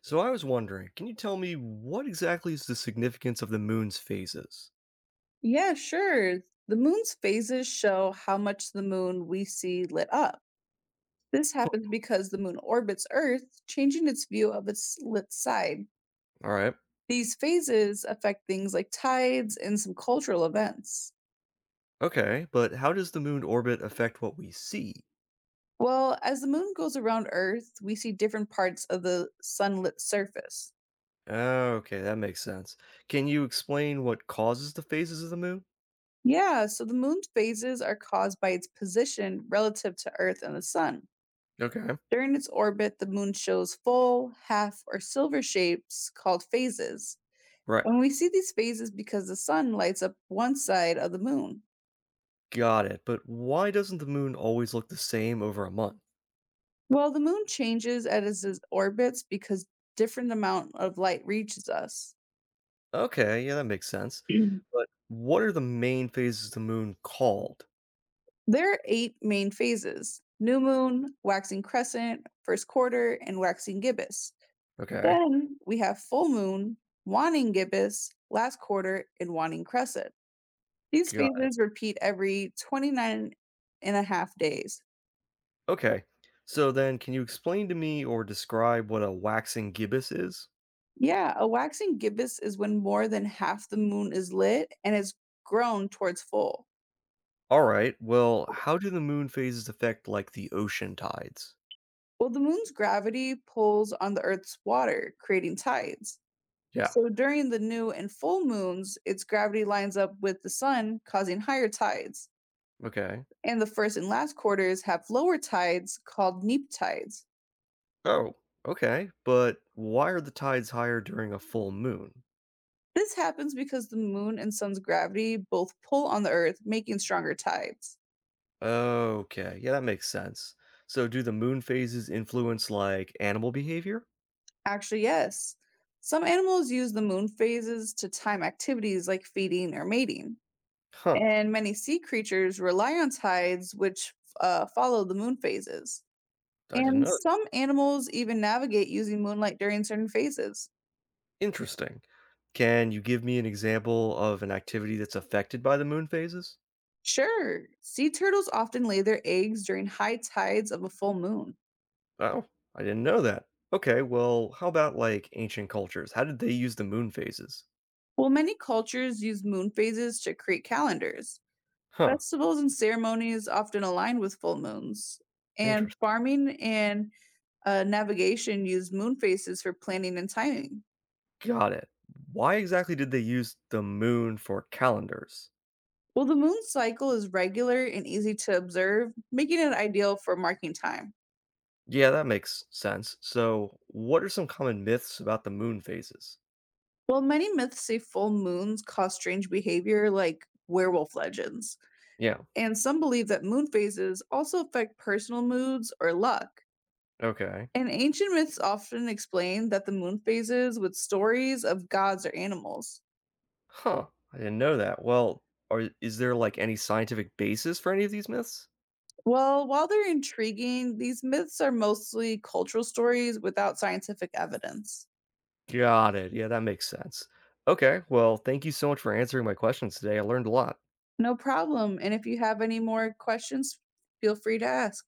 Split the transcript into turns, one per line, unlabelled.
So I was wondering, can you tell me what exactly is the significance of the moon's phases?
Yeah, sure. The moon's phases show how much the moon we see lit up. This happens because the moon orbits Earth, changing its view of its lit side.
All right.
These phases affect things like tides and some cultural events.
Okay, but how does the moon orbit affect what we see?
Well, as the moon goes around Earth, we see different parts of the sunlit surface.
Oh, okay, that makes sense. Can you explain what causes the phases of the moon?
Yeah, so the moon's phases are caused by its position relative to Earth and the sun.
Okay.
During its orbit, the moon shows full, half, or silver shapes called phases.
Right.
When we see these phases because the sun lights up one side of the moon.
Got it. But why doesn't the moon always look the same over a month?
Well, the moon changes as it orbits because different amount of light reaches us.
Okay, yeah, that makes sense.
Mhm.
But what are the main phases of the moon called?
There are eight main phases: new moon, waxing crescent, first quarter, and waxing gibbous.
Okay.
Then we have full moon, waning gibbous, last quarter, and waning crescent. These
Got it.
phases repeat every 29 and a half days.
Okay. So then, can you explain to me or describe what a waxing gibbous is?
Yeah, a waxing gibbous is when more than half the moon is lit and is grown towards full.
All right. Well, how do the moon phases affect like the ocean tides?
Well, the moon's gravity pulls on the Earth's water, creating tides.
Yeah.
So during the new and full moons, its gravity lines up with the sun, causing higher tides.
Okay.
And the first and last quarters have lower tides called neap tides.
Oh, okay. But why are the tides higher during a full moon?
This happens because the moon and sun's gravity both pull on the Earth, making stronger tides.
Okay. Yeah, that makes sense. So do the moon phases influence like animal behavior?
Actually, yes. Some animals use the moon phases to time activities like feeding or mating.
Huh.
And many sea creatures rely on tides, which follow the moon phases.
I didn't
And
know.
some animals even navigate using moonlight during certain phases.
Interesting. Can you give me an example of an activity that's affected by the moon phases?
Sure, sea turtles often lay their eggs during high tides of a full moon.
Oh, I didn't know that. Okay, well, how about like ancient cultures? How did they use the moon phases?
Well, many cultures use moon phases to create calendars.
Huh,
Festivals and ceremonies often align with full moons, and
interesting.
farming and navigation use moon phases for planning and timing.
Got it. Why exactly did they use the moon for calendars?
Well, the moon cycle is regular and easy to observe, making it ideal for marking time.
Yeah, that makes sense. So, what are some common myths about the moon phases?
While many myths say full moons cause strange behavior, like werewolf legends,
Yeah,
and some believe that moon phases also affect personal moods or luck.
okay.
And ancient myths often explain that the moon phases with stories of gods or animals.
Huh, I didn't know that. Well, is there like any scientific basis for any of these myths?
Well, while they're intriguing, these myths are mostly cultural stories without scientific evidence.
Got it. Yeah, that makes sense. Okay, well, thank you so much for answering my questions today. I learned a lot.
No problem. And if you have any more questions, feel free to ask.